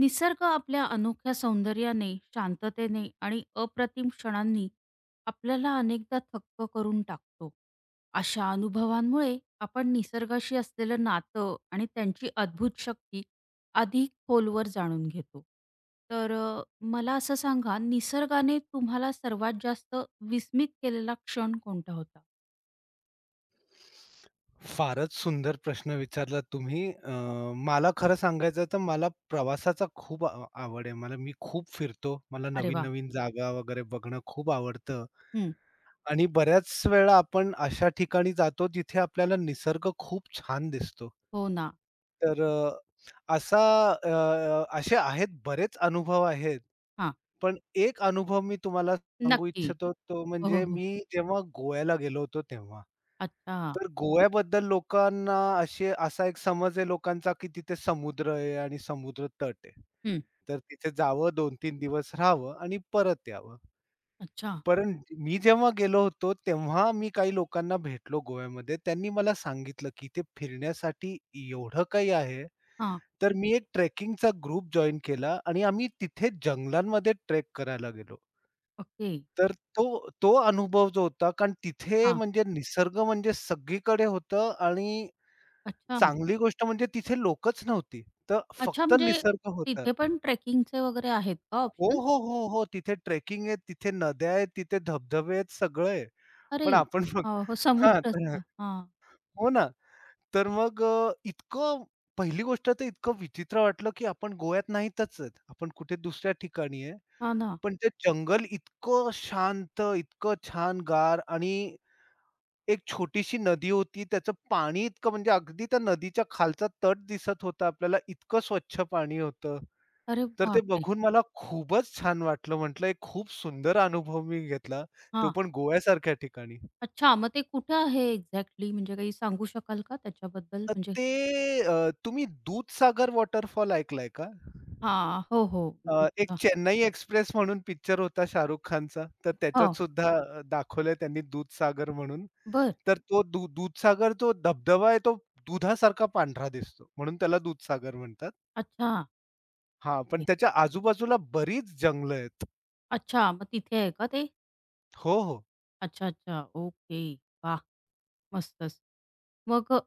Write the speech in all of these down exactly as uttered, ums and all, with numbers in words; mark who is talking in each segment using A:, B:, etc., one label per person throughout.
A: निसर्ग आपल्या अनोख्या सौंदर्याने, शांततेने आणि अप्रतिम क्षणांनी आपल्याला अनेकदा थक्क करून टाकतो. अशा अनुभवांमुळे आपण निसर्गाशी असलेलं नातं आणि त्यांची अद्भुत शक्ती अधिक खोलवर जाणून घेतो. तर अ, मला असं सांगा, निसर्गाने तुम्हाला सर्वात जास्त विस्मित केलेला क्षण कोणता होता?
B: फारच सुंदर प्रश्न विचारला तुम्ही. अ, मला खरं सांगायचं तर मला प्रवासाचा खूप आ आवड आहे. मला मी खूप फिरतो. मला
A: अरे वाह!
B: नवीन-नवीन जागा वगैरे बघणं खूप आवडतं.
A: हं.
B: आणि बऱ्याच वेळा आपण अशा ठिकाणी जातो जिथे आपल्याला निसर्ग खूप छान दिसतो.
A: हो ना.
B: तर अ, असा अ, असे आहेत बरेच अनुभव आहेत.
A: हां.
B: पण एक अनुभव मी तुम्हाला सांगू
A: नक्की.
B: इच्छितो तो
A: हो, हो,
B: म्हणजे
A: हो.
B: मी जेव्हा गोव्याला गेलो होतो तेव्हा.
A: अच्छा.
B: तर गोव्याबद्दल लोकांना असे असा एक समज आहे लोकांचा, की तिथे समुद्र आहे आणि समुद्र तट आहे.
A: हं.
B: तर तिथे जावं दोन ते तीन दिवस राहावं आणि परत यावं.
A: अच्छा.
B: पण मी जेव्हा गेलो होतो, तेव्हा मी काही लोकांना भेटलो गोव्यामध्ये. त्यांनी मला सांगितलं, की ते फिरण्यासाठी एवढं काही आहे.
A: हां.
B: तर मी एक ट्रेकिंगचा ग्रुप जॉइन केला आणि आम्ही तिथे जंगलांमध्ये ट्रेक करायला गेलो.
A: ओके.
B: तर तो तो अनुभव जो होता, कारण तिथे म्हणजे निसर्ग म्हणजे सगळीकडे होतं आणि
A: अच्छा.
B: चांगली गोष्ट म्हणजे तिथे लोकच नव्हती. तर
A: अच्छा,
B: फक्त
A: म्हणजे
B: निसर्ग होता.
A: तिथे पण ट्रेकिंगचे वगैरे आहेत का
B: हो,
A: ऑप्शन?
B: हो, हो, हो. तिथे ट्रेकिंग आहे, तिथे नद्या आहेत, तिथे धबधबे आहेत, सगळं आहे.
A: अरे!
B: पण आपण
A: अ, हो,
B: हां,
A: समुद्रच.
B: तर
A: हां.
B: हो ना. तर मग अ, इतकं पहिली गोष्ट तर इतकं विचित्र वाटलं, की आपण गोव्यात नाहीतच आहेत. आपण कुठे दुसऱ्या ठिकाणी आहे.
A: हां ना.
B: पण ते जंगल इतकं शांत, इतकं छान गार आणि एक छोटीशी नदी होती. त्याचं पाणी इतकं म्हणजे अगदी त्या नदीच्या खालचा तट दिसत होता आपल्याला. इतकं स्वच्छ पाणी होतं.
A: अरे
B: तर ते
A: बापरे!
B: बघून मला खूपच छान वाटलं. म्हटलं एक खूप सुंदर अनुभव मी घेतला. तो
A: हां.
B: पण गोव्यासारख्या ठिकाणी.
A: अच्छा, मग ते कुठे आहे एक्झॅक्टली? म्हणजे काही सांगू शकाल का त्याच्याबद्दल?
B: अ,
A: म्हणजे
B: ते अ, तुम्ही दूधसागर वॉटरफॉल ऐकलाय का?
A: हां. हो, हो.
B: अ, एक
A: बीचला.
B: चेन्नई एक्सप्रेस म्हणून पिक्चर होता शाहरुख खानचा, तर
A: हो.
B: त्याच्यात सुद्धा अ, दाखवलंय त्यांनी दूधसागर म्हणून.
A: बरं.
B: तर तो दू दूधसागर जो धबधबा आहे, तो दुधासारखा पांढरा दिसतो, म्हणून त्याला दूधसागर म्हणतात.
A: अच्छा.
B: हां, पण
A: ओके.
B: त्याच्या आजूबाजूला बरीच जंगलं आहेत.
A: अच्छा, मग तिथे आहे का ते?
B: हो, हो.
A: अच्छा, अच्छा. ओके. वाह! मस्तच. मग अ,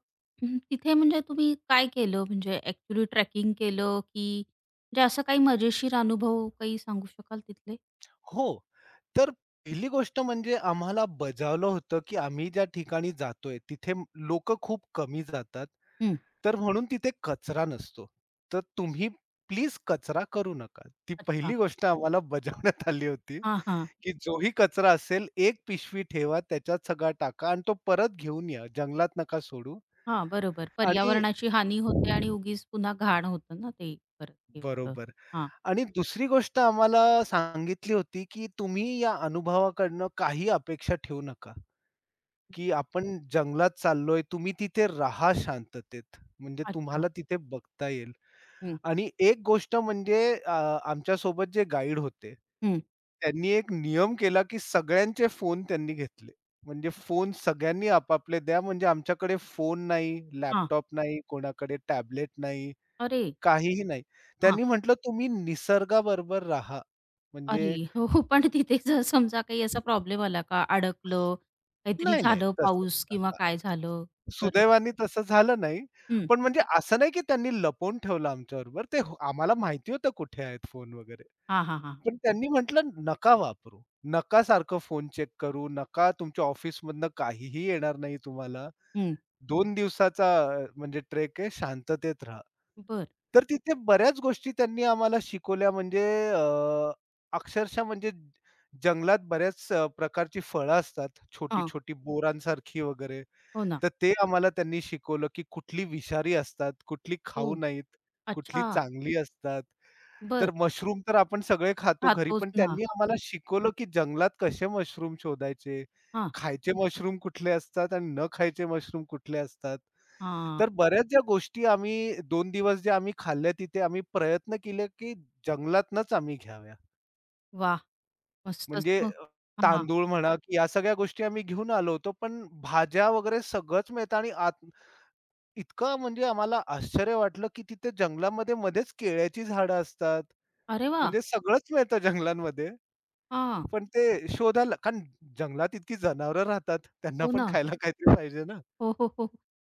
A: हं, तिथे म्हणजे तुम्ही काय केलं? म्हणजे ॲक्चुअली ट्रेकिंग केलं, की म्हणजे असं काही मजेशीर अनुभव काही सांगू शकाल तिथले?
B: हो, तर पहिली गोष्ट म्हणजे आम्हाला बजावलं होतं, की आम्ही ज्या ठिकाणी जातोय, तिथे लोकं खूप कमी जातात.
A: हं.
B: तर म्हणून तिथे कचरा नसतो. तर तुम्ही प्लीज कचरा करू नका. ती
A: अच्छा.
B: पहिली गोष्ट आम्हाला बजावण्यात आली होती,
A: हां, हां.
B: की जोही कचरा असेल, एक पिशवी ठेवा, त्याच्यात सगळा टाका आणि तो परत घेऊन या. जंगलात नका सोडू
A: हां, बरोबर.
B: आणि
A: पर्यावरणाची हानी होते आणि उगीच पुन्हा घाण होतं ना ते परत हे होतं.
B: बरोबर.
A: हां.
B: आणि दुसरी गोष्ट आम्हाला सांगितली होती, की तुम्ही या अनुभवाकडनं काही अपेक्षा ठेवू नका, की आपण जंगलात चाललोय. तुम्ही तिथे राहा शांततेत. म्हणजे
A: अच्छा.
B: तुम्हाला तिथे बघता येईल.
A: हं,
B: आणि एक गोष्ट म्हणजे अ, आमच्यासोबत जे गाईड होते,
A: हं.
B: त्यांनी एक नियम केला, की सगळ्यांचे फोन त्यांनी घेतले. म्हणजे फोन सगळ्यांनी आपापले द्या, म्हणजे आमच्याकडे फोन नाही,
A: हां.
B: लॅपटॉप नाही, कोणाकडे टॅबलेट नाही,
A: अरे!
B: काहीही नाही.
A: हां.
B: त्यांनी म्हटलं, "तुम्ही निसर्गाबरोबर राहा."
A: अरे!
B: म्हणजे
A: हो, हो. पण तिथे जर समजा काही असा प्रॉब्लेम आला का? अडकलं, काहीतरी
B: नाही, नाही
A: झालं,
B: तसं
A: पाऊस किंवा
B: हां.
A: काय झालं तर?
B: सुदैवाने तसं झालं नाही.
A: हं.
B: पण म्हणजे असं नाही, की त्यांनी लपवून ठेवलं आमच्याबरोबर. ते हो- आम्हाला माहिती होतं कुठे आहेत फोन वगैरे.
A: हां, हां, हां.
B: पण त्यांनी म्हटलं नका वापरू. नका सारखं फोन चेक करू, नका तुमच्या ऑफिसमधनं काहीही येणार नाही तुम्हाला.
A: हं.
B: दोन दिवसाचा अ, म्हणजे ट्रेक आहे, शांततेत राहा.
A: बरं.
B: तर तिथे बऱ्याच गोष्टी त्यांनी आम्हाला शिकवल्या म्हणजे अ, अक्षरशः म्हणजे जंगलात बऱ्याच अ, प्रकारची फळं असतात,
A: हां.
B: छोटी-छोटी बोरांसारखी वगैरे.
A: हो ना.
B: तर ते आम्हाला त्यांनी शिकवलं, की कुठली विषारी असतात, कुठली
A: ओह!
B: खाऊ नाहीत, कुठली
A: अच्छा.
B: चांगली असतात.
A: बर,
B: तर मशरूम तर आपण सगळे खातो घरी,
A: खातोच
B: पण
A: ना.
B: त्यांनी आम्हाला शिकवलं, की जंगलात कसे मशरूम शोधायचे,
A: हां,
B: खायचे मशरूम कुठले असतात आणि न खायचे मशरूम कुठले असतात.
A: हां.
B: तर बऱ्याच ज्या गोष्टी आम्ही दोन दिवस जे आम्ही खाल्ल्या, तिथे आम्ही प्रयत्न केले, की जंगलातनंच आम्ही घ्याव्या.
A: वाह! मस्तच
B: म्हणजे
A: मग.
B: अ,
A: हां.
B: तांदूळ म्हणा, की या सगळ्या गोष्टी आम्ही घेऊन आलो होतो, पण भाज्या वगैरे सगळंच मिळतं आणि आत इतकं म्हणजे आम्हाला आश्चर्य वाटलं, की तिथे जंगलामध्ये मध्येच केळ्याची झाडं असतात.
A: अरे वाह!
B: म्हणजे सगळंच मिळतं जंगलांमध्ये.
A: हां.
B: पण ते शोधायला कारण जंगलात इतकी जनावरं राहतात, त्यांना
A: हो
B: पण
A: ना.
B: खायला काहीतरी पाहिजे ना.
A: हो, हो, हो.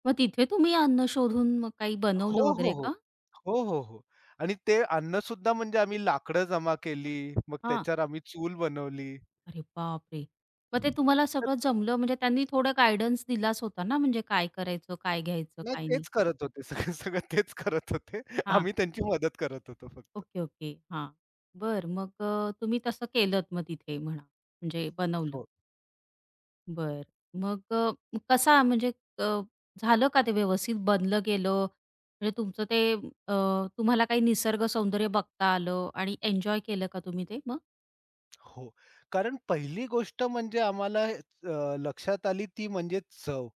A: मग तिथे तुम्ही अन्न शोधून मग काही
B: हो,
A: बनवलं
B: हो,
A: वगैरे
B: हो.
A: का?
B: हो, हो, हो. आणि ते अन्नसुद्धा म्हणजे आम्ही लाकडं जमा केली, मग
A: हां.
B: त्याच्यावर आम्ही चूल बनवली.
A: अरे बापरे! मग ते तुम्हाला
B: तर
A: सगळं जमलं म्हणजे त्यांनी थोडा गाईडन्स दिलाच होता ना, म्हणजे काय करायचं, काय घ्यायचं,
B: नाही
A: काय नाही?
B: तेच करत होते सगळं, सगळं तेच करत होते.
A: हां.
B: आम्ही त्यांची मदत करत होतो फक्त.
A: Okay, okay. हां. बरं मग अ, तुम्ही तसं केलत मग तिथे म्हणा, म्हणजे बनवलं.
B: हो,
A: बरं. मग अ, कसा म्हणजे अ, झालं का ते व्यवस्थित बनलं गेलं? म्हणजे तुमचं ते अ, तुम्हाला काही निसर्ग सौंदर्य बघता आलं आणि एन्जॉय केलं का तुम्ही ते मग?
B: हो. कारण पहिली गोष्ट म्हणजे आम्हाला अ, लक्षात आली ती म्हणजे चव.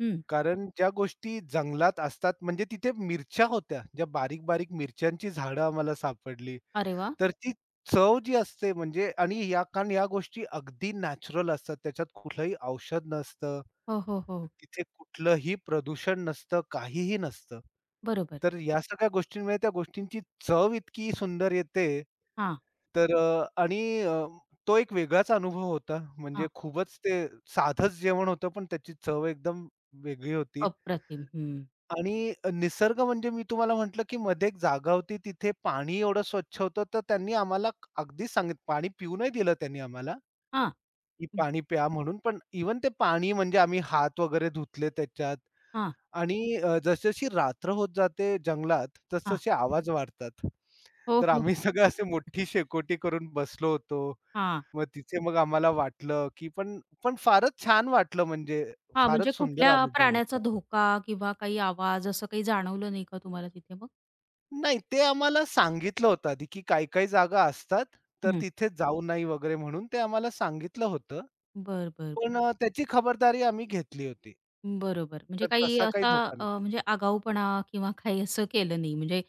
A: हं.
B: कारण ज्या गोष्टी जंगलात असतात म्हणजे तिथे मिरच्या होत्या, ज्या बारीक-बारीक मिरच्यांची झाडं आम्हाला सापडली.
A: अरे वाह!
B: तर ती चव जी असते म्हणजे आणि या कारण या गोष्टी अगदी नॅचरल असतात. त्याच्यात कुठलंही औषध नसतं.
A: हो, हो, हो.
B: तिथे कुठलंही प्रदूषण नसतं, काहीही नसतं.
A: बरोबर.
B: तर या सगळ्या गोष्टींमुळे त्या गोष्टींची चव इतकी सुंदर येते.
A: हां,
B: तर अ, आणि अ, तो एक वेगळाच अनुभव होता. म्हणजे
A: हां.
B: खूपच ते साधंच जेवण होतं, पण त्याची चव एकदम वेगळी होती.
A: अप्रतिम. हं.
B: आणि अ, निसर्ग म्हणजे मी तुम्हाला म्हटलं, की मध्ये एक जागा होती तिथे पाणी एवढं स्वच्छ होतं, तर त्यांनी आम्हाला अगदीच सांगितलं पाणी पिऊ नाही दिलं त्यांनी आम्हाला,
A: हां,
B: की
A: हं.
B: पाणी प्या म्हणून. पण इव्हन ते पाणी म्हणजे आम्ही हात वगैरे धुतले त्याच्यात
A: हां,
B: आणि अ, जसजशी रात्र होत जाते जंगलात,
A: हां.
B: तसतसे आवाज वाढतात.
A: हो,
B: तर
A: हो,
B: आम्ही
A: हो.
B: सगळे असे मोठी शेकोटी करून बसलो होतो.
A: हां.
B: मग तिथे मग आम्हाला वाटलं, की पण पण फारच छान वाटलं म्हणजे
A: हां, म्हणजे
B: फारच सुंदर
A: कुठल्या
B: अनुभव
A: प्राण्याचा
B: होता.
A: धोका किंवा काही आवाज असं काही जाणवलं नाही का तुम्हाला तिथे मग?
B: नाही, ते आम्हाला सांगितलं होतं आधी, की काही-काही जागा असतात, तर
A: हं.
B: तिथे जाऊ नाही वगैरे म्हणून ते आम्हाला सांगितलं होतं.
A: बरं, बरं, बरं.
B: पण अ, त्याची खबरदारी आम्ही घेतली होती.
A: बरोबर. म्हणजे
B: तर
A: काही
B: तसा काही
A: असा
B: धोका
A: अ,
B: नाही.
A: म्हणजे आगाऊपणा किंवा काही असं केलं नाही. म्हणजे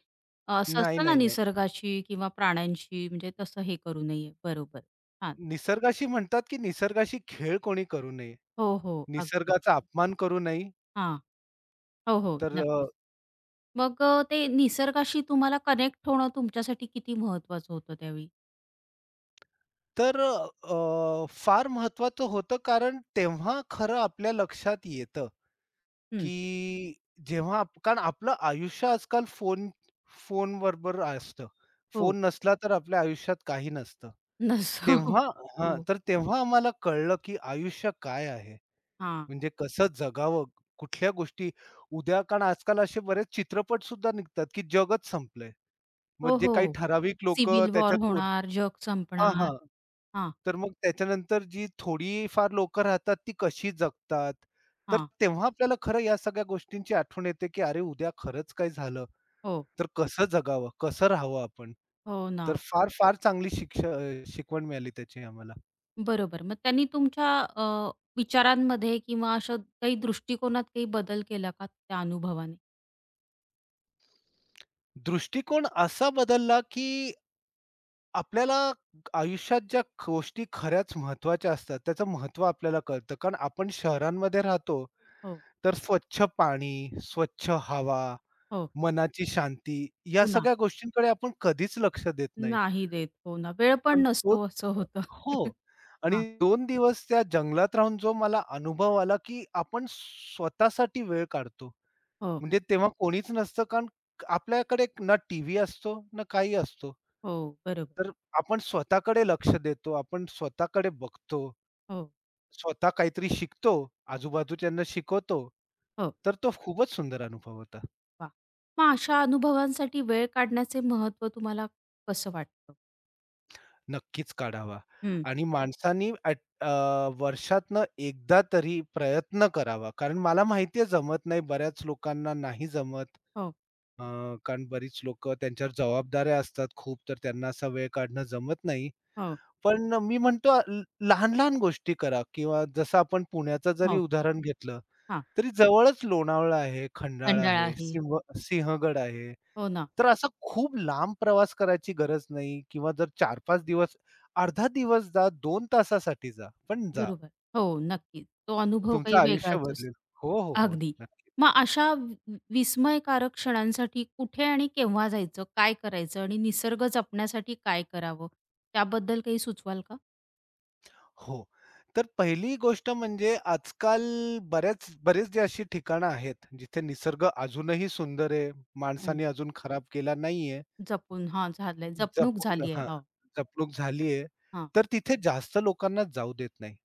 A: असं
B: नाही,
A: असतं ना
B: नाही, नाही.
A: निसर्गाशी किंवा प्राण्यांशी म्हणजे तसं हे करू नये. बरोबर. हां.
B: निसर्गाशी म्हणतात, की निसर्गाशी खेळ कोणी करू नये.
A: हो, हो. अगदी.
B: निसर्गाचा अपमान करू नये.
A: हा हो, हो.
B: तर अ,
A: नक्कीच. मग अ, ते निसर्गाशी तुम्हाला कनेक्ट होणं तुमच्यासाठी किती महत्वाचं होतं त्यावेळी?
B: तर अ, फार महत्वाचं होतं कारण तेव्हा खरं आपल्या लक्षात येतं,
A: हं.
B: की जेव्हा आप कारण आपलं आयुष्य आजकाल फोन फोनबरोबर असतं.
A: हो.
B: फोन नसला तर आपल्या आयुष्यात काही नसतं.
A: नसो.
B: तेव्हा हं.
A: हो.
B: तर तेव्हा आम्हाला कळलं की आयुष्य काय आहे?
A: हां.
B: म्हणजे कसं जगावं? कुठल्या गोष्टी उद्या कारण आजकाल असे बरेच चित्रपटसुद्धा निघतात की जगच संपलंय.
A: हो,
B: मग
A: हो,
B: काही
A: हो.
B: ठराविक लोकं
A: सिव्हिल वॉर
B: त्याच्यात
A: होणार, जग
B: हां,
A: संपणार.
B: हां.
A: हां,
B: तर मग त्याच्यानंतर जी थोडीफार लोकं राहतात ती कशी जगतात. तर
A: हां.
B: तेव्हा आपल्याला खरं या सगळ्या गोष्टींची आठवण येते, की अरे उद्या खरंच काही झालं,
A: हो.
B: तर कसं जगावं, कसं राहावं आपण.
A: हो ना.
B: तर फार, फार चांगली शिक्ष अ, शिकवण मिळाली त्याची आम्हाला.
A: बरोबर. मग त्यांनी तुमच्या अ, विचारांमध्ये किंवा अशा काही दृष्टिकोनात काही बदल केला का त्या अनुभवाने?
B: दृष्टिकोन असा बदलला, की आपल्याला आयुष्यात ज्या गोष्टी खऱ्याच महत्त्वाच्या असतात, त्याचं महत्त्व आपल्याला कळतं. कारण आपण शहरांमध्ये राहतो
A: हो,
B: तर स्वच्छ पाणी, स्वच्छ हवा,
A: हो.
B: मनाची शांती या
A: हो ना.
B: सगळ्या गोष्टींकडे आपण कधीच लक्ष देत नाही.
A: नाही देत. हो ना. वेळ
B: पण
A: पण
B: तो
A: नसतो असं होतं.
B: हो. आणि
A: हां.
B: दोन दिवस त्या जंगलात राहून जो मला अनुभव आला, की आपण स्वतःसाठी वेळ काढतो.
A: हो,
B: म्हणजे तेव्हा कोणीच नसतं कारण आपल्याकडे ना टीव्ही असतो, ना काही असतो.
A: हो. बरोबर.
B: तर आपण स्वतःकडे लक्ष देतो, आपण स्वतःकडे बघतो.
A: हो,
B: स्वतः काहीतरी शिकतो, आजूबाजूच्यांना शिकवतो.
A: हो.
B: तर तो खूपच सुंदर अनुभव होता.
A: वाह! मग अशा अनुभवांसाठी वेळ काढण्याचे महत्त्व तुम्हाला कसं वाटतं?
B: नक्कीच काढावा
A: हं.
B: आणि माणसांनी ॲट अ, वर्षातनं एकदा तरी प्रयत्न करावा. कारण मला माहिती जमत नाही, बऱ्याच लोकांना नाही जमत.
A: हो,
B: अ, कारण बरीच लोकं त्यांच्यावर जबाबदाऱ्या असतात खूप, तर त्यांना असा वेळ काढणं जमत नाही.
A: हो.
B: पण मी म्हणतो ल लहान-लहान गोष्टी करा किंवा जसं आपण पुण्याचं जरी
A: हो.
B: उदाहरण घेतलं,
A: हां.
B: तरी जवळच लोणावळा आहे, खंडाळा
A: कंटाळा
B: आहे,
A: आहे.
B: सिंह सिंहगड आहे.
A: हो ना.
B: तर असा खूप लांब प्रवास करायची गरज नाही किंवा जर चार पाच दिवस, अर्धा दिवस जा, दोन तासासाठी जा, पण जा.
A: बरोबर. हो, नक्कीच. तो अनुभव
B: तुमचं
A: काही
B: आयुष्य
A: वेगळाच असतो.
B: बदलेल. हो, हो, हो.
A: अगदी.
B: नक्की.
A: मग अशा वि विस्मयकारक क्षणांसाठी कुठे आणि केव्हा जायचं? काय करायचं? आणि निसर्ग जपण्यासाठी काय करावं? त्याबद्दल काही सुचवाल का?
B: हो. तर पहिली गोष्ट म्हणजे आजकाल बऱ्याच बरेच जे अशी ठिकाणं आहेत, जिथे निसर्ग अजूनही सुंदर आहे,
A: हं.
B: माणसाने अजून खराब केला नाहीये,
A: जपून हां, झालंय जपणूक
B: जपून
A: झाली आहे.
B: हां,
A: हो,
B: जपणूक झाली आहे.
A: हां,
B: तर तिथे जास्त लोकांना जाऊ देत नाही.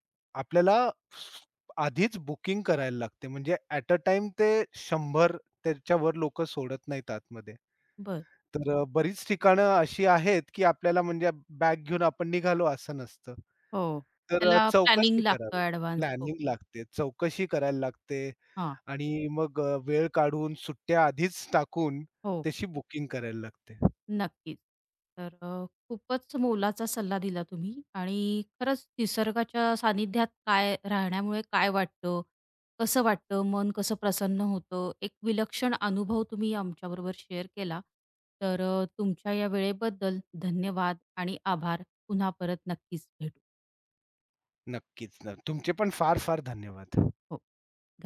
B: आपल्याला स- आधीच बुकिंग करायला लागते. म्हणजे ॲट अ टाईम ते शंभर त्याच्यावर लोकं सोडत नाहीत आतमध्ये.
A: बरं.
B: तर अ, बरीच ठिकाणं अशी आहेत, की आपल्याला म्हणजे बॅग घेऊन आपण निघालो असं नसतं.
A: हो.
B: तर अ,
A: त्याला
B: चौकशी
A: प्लॅनिंग लागतं
B: करावी.
A: ॲडव्हान्स खूप.
B: प्लॅनिंग लागते, चौकशी करायला लागते
A: हां,
B: आणि मग अ, वेळ काढून सुट्ट्या आधीच टाकून
A: हो.
B: त्याची बुकिंग करायला लागते.
A: नक्कीच. तर अ, खूपच मोलाचा सल्ला दिला तुम्ही आणि खरंच निसर्गाच्या सानिध्यात काय राहण्यामुळे काय वाटतं, कसं वाटतं, मन कसं प्रसन्न होतं, एक विलक्षण अनुभव तुम्ही आमच्याबरोबर शेअर केला. तर अ, तुमच्या या वेळेबद्दल धन्यवाद आणि आभार. पुन्हा परत नक्कीच भेटू.
B: नक्कीच ना. तुमचे पण फार-फार धन्यवाद.
A: हो.